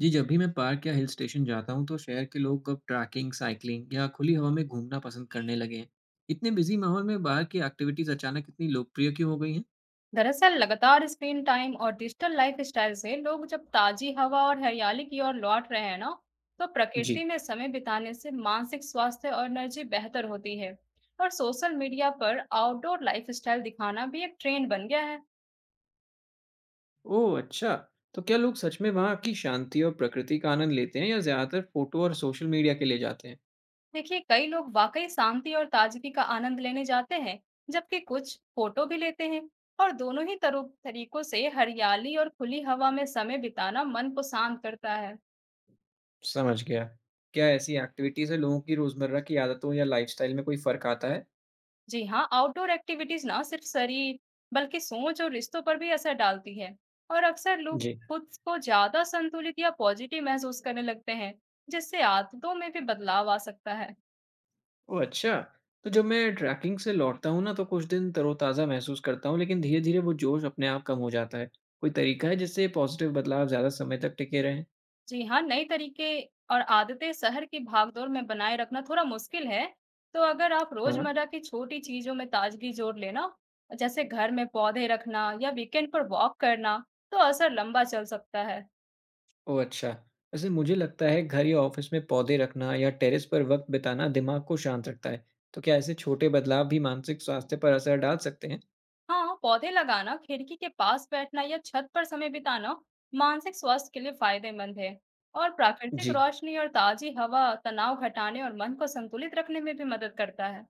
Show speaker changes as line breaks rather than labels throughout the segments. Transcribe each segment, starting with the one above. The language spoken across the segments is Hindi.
जी, जब भी मैं पार्क या हिल स्टेशन जाता हूँ तो शहर के लोग अब ट्रैकिंग, साइकिलिंग या खुली हवा में घूमना पसंद करने लगे हैं। इतने बिजी माहौल में बाहर की एक्टिविटीज अचानक इतनी लोकप्रिय क्यों हो गई हैं?
दरअसल लगातार स्क्रीन टाइम और डिजिटल लाइफस्टाइल से लोग जब ताजी हवा और हरियाली की ओर लौट रहे हैं ना। तो प्रकृति
जी।
में समय बिताने से मानसिक स्वास्थ्य और एनर्जी बेहतर होती है। और सोशल मीडिया पर आउटडोर लाइफस्टाइल दिखाना भी एक ट्रेंड बन गया है।
ओह, अच्छा। तो क्या लोग सच में वहाँ की शांति और प्रकृति का आनंद लेते हैं या ज़्यादातर फोटो और सोशल मीडिया के लिए जाते हैं?
देखिए, कई लोग वाकई शांति और ताजगी का आनंद लेने जाते हैं, जबकि कुछ फोटो भी लेते हैं। और दोनों ही तरीकों से हरियाली और खुली हवा में समय बिताना मन को शांत करता है।
समझ गया। क्या ऐसी एक्टिविटी से लोगों की रोज़मर्रा की आदतों या लाइफस्टाइल में कोई फ़र्क आता है?
जी हाँ, आउटडोर एक्टिविटीज ना सिर्फ शरीर, बल्कि सोच और रिश्तों पर भी असर डालती है। और अक्सर लोग
जी।
खुद को ज्यादा संतुलित या पॉजिटिव महसूस करने लगते हैं, जिससे आदतों में भी बदलाव आ सकता है।
ओह अच्छा! तो जब मैं ट्रैकिंग से लौटता हूँ ना तो कुछ दिन तरोताज़ा महसूस करता हूँ, लेकिन धीरे-धीरे वो जोश अपने आप कम हो जाता है। कोई तरीका है जिससे पॉज़िटिव बदलाव ज़्यादा समय तक टिके रहें?
जी हाँ, नए तरीके और आदतें शहर की भागदौड़ में बनाए रखना थोड़ा मुश्किल है। तो अगर आप
हाँ।
रोजमर्रा की छोटी चीजों में ताजगी जोड़ लेना, जैसे घर में पौधे रखना या वीकेंड पर वॉक करना, तो असर लंबा चल सकता है।
ओह अच्छा! वैसे मुझे लगता है घर या ऑफ़िस में पौधे रखना या टेरेस पर वक़्त बिताना दिमाग को शांत रखता है। तो क्या ऐसे छोटे बदलाव भी मानसिक स्वास्थ्य पर असर डाल सकते हैं?
हाँ, पौधे लगाना, खिड़की के पास बैठना या छत पर समय बिताना मानसिक स्वास्थ्य के लिए फायदेमंद है। और प्राकृतिक
जी।
रोशनी और ताजी हवा तनाव घटाने और मन को संतुलित रखने में भी मदद करता है।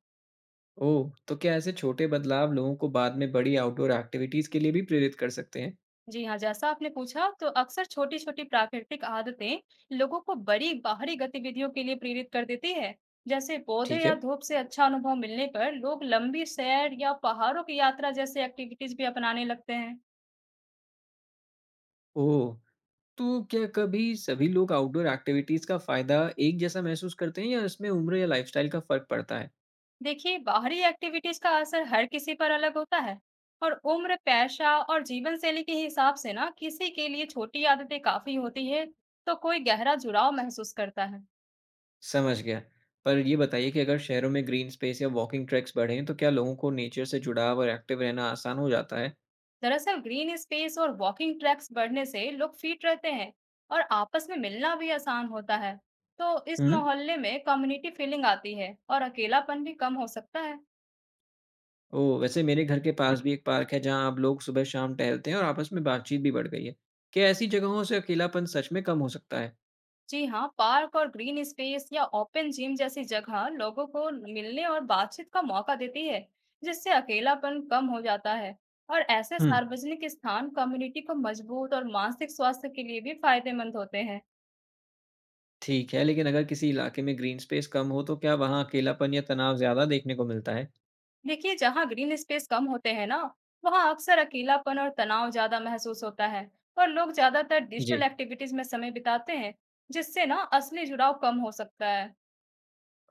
ओह! तो क्या ऐसे छोटे बदलाव लोगों को बाद में बड़ी आउटडोर एक्टिविटीज़ के लिए भी प्रेरित कर सकते हैं?
जी हाँ, जैसा आपने पूछा, तो अक्सर छोटी-छोटी प्राकृतिक आदतें लोगों को बड़ी बाहरी गतिविधियों के लिए प्रेरित कर देती है। जैसे पौधे
ठीक
या
है।
धूप से अच्छा अनुभव मिलने पर लोग लंबी सैर या पहाड़ों की यात्रा जैसे एक्टिविटीज भी अपनाने लगते हैं।
ओह! तो क्या कभी सभी लोग आउटडोर एक्टिविटीज का फायदा एक जैसा महसूस करते हैं या इसमें उम्र या लाइफस्टाइल का फर्क पड़ता है?
देखिए, बाहरी एक्टिविटीज का असर हर किसी पर अलग होता है। और उम्र, पेशा और जीवन शैली के हिसाब से ना किसी के लिए छोटी आदतें काफी होती है, तो कोई गहरा जुड़ाव महसूस करता है।
समझ गया। पर ये बताइए कि अगर शहरों में ग्रीन स्पेस या वॉकिंग ट्रैक्स बढ़ें तो क्या लोगों को नेचर से जुड़ाव और एक्टिव रहना आसान हो जाता है?
दरअसल ग्रीन स्पेस और वॉकिंग ट्रैक्स बढ़ने से लोग फिट रहते हैं और आपस में मिलना भी आसान होता है। तो इस
हुँ?
मोहल्ले में कम्युनिटी फीलिंग आती है और अकेलापन भी कम हो सकता है।
ओह! वैसे मेरे घर के पास भी एक पार्क है जहाँ अब लोग सुबह-शाम टहलते हैं और आपस में बातचीत भी बढ़ गई है। क्या ऐसी जगहों से अकेलापन सच में कम हो सकता है?
जी हाँ, पार्क और ग्रीन स्पेस या ओपन जिम जैसी जगह लोगों को मिलने और बातचीत का मौका देती है, जिससे अकेलापन कम हो जाता है। और ऐसे
हुँ।
सार्वजनिक स्थान कम्युनिटी को मजबूत और मानसिक स्वास्थ्य के लिए भी फायदेमंद होते हैं।
ठीक है, लेकिन अगर किसी इलाके में ग्रीन स्पेस कम हो तो क्या वहाँ अकेलापन या तनाव ज़्यादा देखने को मिलता है?
देखिए, जहाँ ग्रीन स्पेस कम होते हैं ना, वहाँ अक्सर अकेलापन और तनाव ज्यादा महसूस होता है। और लोग ज्यादातर डिजिटल
जी।
एक्टिविटीज में समय बिताते हैं, जिससे ना असली जुड़ाव कम हो सकता है।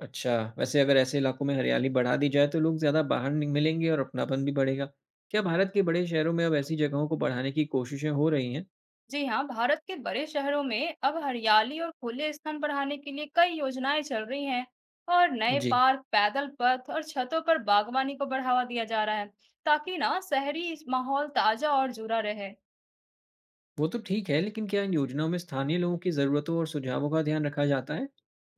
अच्छा। वैसे अगर ऐसे इलाकों में हरियाली बढ़ा दी जाए तो लोग ज़्यादा बाहर नि मिलेंगे और अपनापन भी बढ़ेगा। क्या भारत के बड़े शहरों में अब ऐसी जगहों को बढ़ाने की कोशिशें हो रही हैं?
जी हाँ, भारत के बड़े शहरों में अब हरियाली और खुले स्थान बढ़ाने के लिए कई योजनाएं चल रही हैं। और नए
जी।
पार्क, पैदल पथ और छतों पर बागवानी को बढ़ावा दिया जा रहा है, ताकि ना शहरी इस माहौल ताजा और जुड़ा रहे।
वो तो ठीक है, लेकिन क्या इन योजनाओं में स्थानीय लोगों की ज़रूरतों और सुझावों का ध्यान रखा जाता है?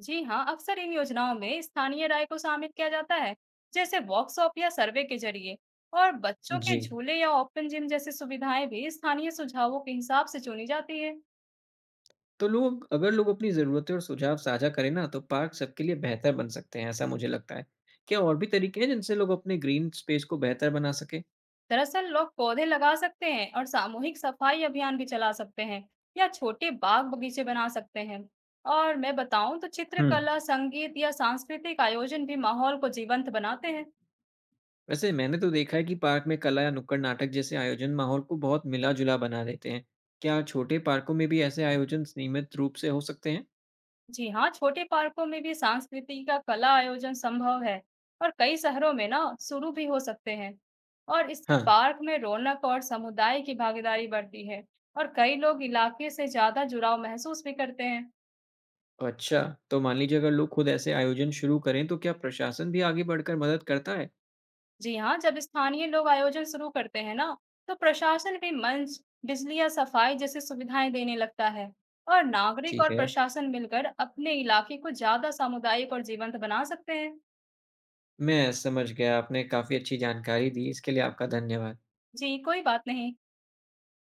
जी हाँ, अक्सर इन योजनाओं में स्थानीय राय को शामिल किया जाता है, जैसे वर्कशॉप या सर्वे के जरिए। और बच्चों
जी।
के झूले या ओपन जिम जैसी सुविधाएं भी स्थानीय सुझावों के हिसाब से चुनी जाती है।
तो लोग अगर लोग अपनी ज़रूरतें और सुझाव साझा करें ना, तो पार्क सबके लिए बेहतर बन सकते हैं, ऐसा मुझे लगता है। क्या और भी तरीके हैं जिनसे लोग अपने ग्रीन स्पेस को बेहतर बना सकें?
दरअसल लोग पौधे लगा सकते हैं और सामूहिक सफाई अभियान भी चला सकते हैं, या छोटे बाग बगीचे बना सकते हैं। और मैं बताऊं तो
हुँ।
चित्रकला, संगीत या सांस्कृतिक आयोजन भी माहौल को जीवंत बनाते हैं।
वैसे मैंने तो देखा है कि पार्क में कला या नुक्कड़ नाटक जैसे आयोजन माहौल को बहुत मिला-जुला बना देते हैं। क्या छोटे पार्कों में भी ऐसे आयोजन नियमित रूप से हो सकते हैं?
जी हाँ, छोटे पार्कों में भी सांस्कृतिक का कला आयोजन संभव है, और कई शहरों में ना शुरू भी हो सकते हैं। और इससे
हाँ।
पार्क में रौनक और समुदाय की भागीदारी बढ़ती है, और कई लोग इलाके से ज्यादा जुड़ाव महसूस भी करते हैं।
अच्छा, तो मान लीजिए अगर लोग खुद ऐसे आयोजन शुरू करें तो क्या प्रशासन भी आगे बढ़कर मदद करता है?
जी हाँ, जब स्थानीय लोग आयोजन शुरू करते हैं ना, तो प्रशासन भी मंच, बिजली या सफाई जैसी सुविधाएं देने लगता है। और नागरिक
ठीक
और
है।
प्रशासन मिलकर अपने इलाके को ज्यादा सामुदायिक और जीवंत बना सकते हैं।
मैं समझ गया, आपने काफ़ी अच्छी जानकारी दी, इसके लिए आपका धन्यवाद।
जी, कोई बात नहीं।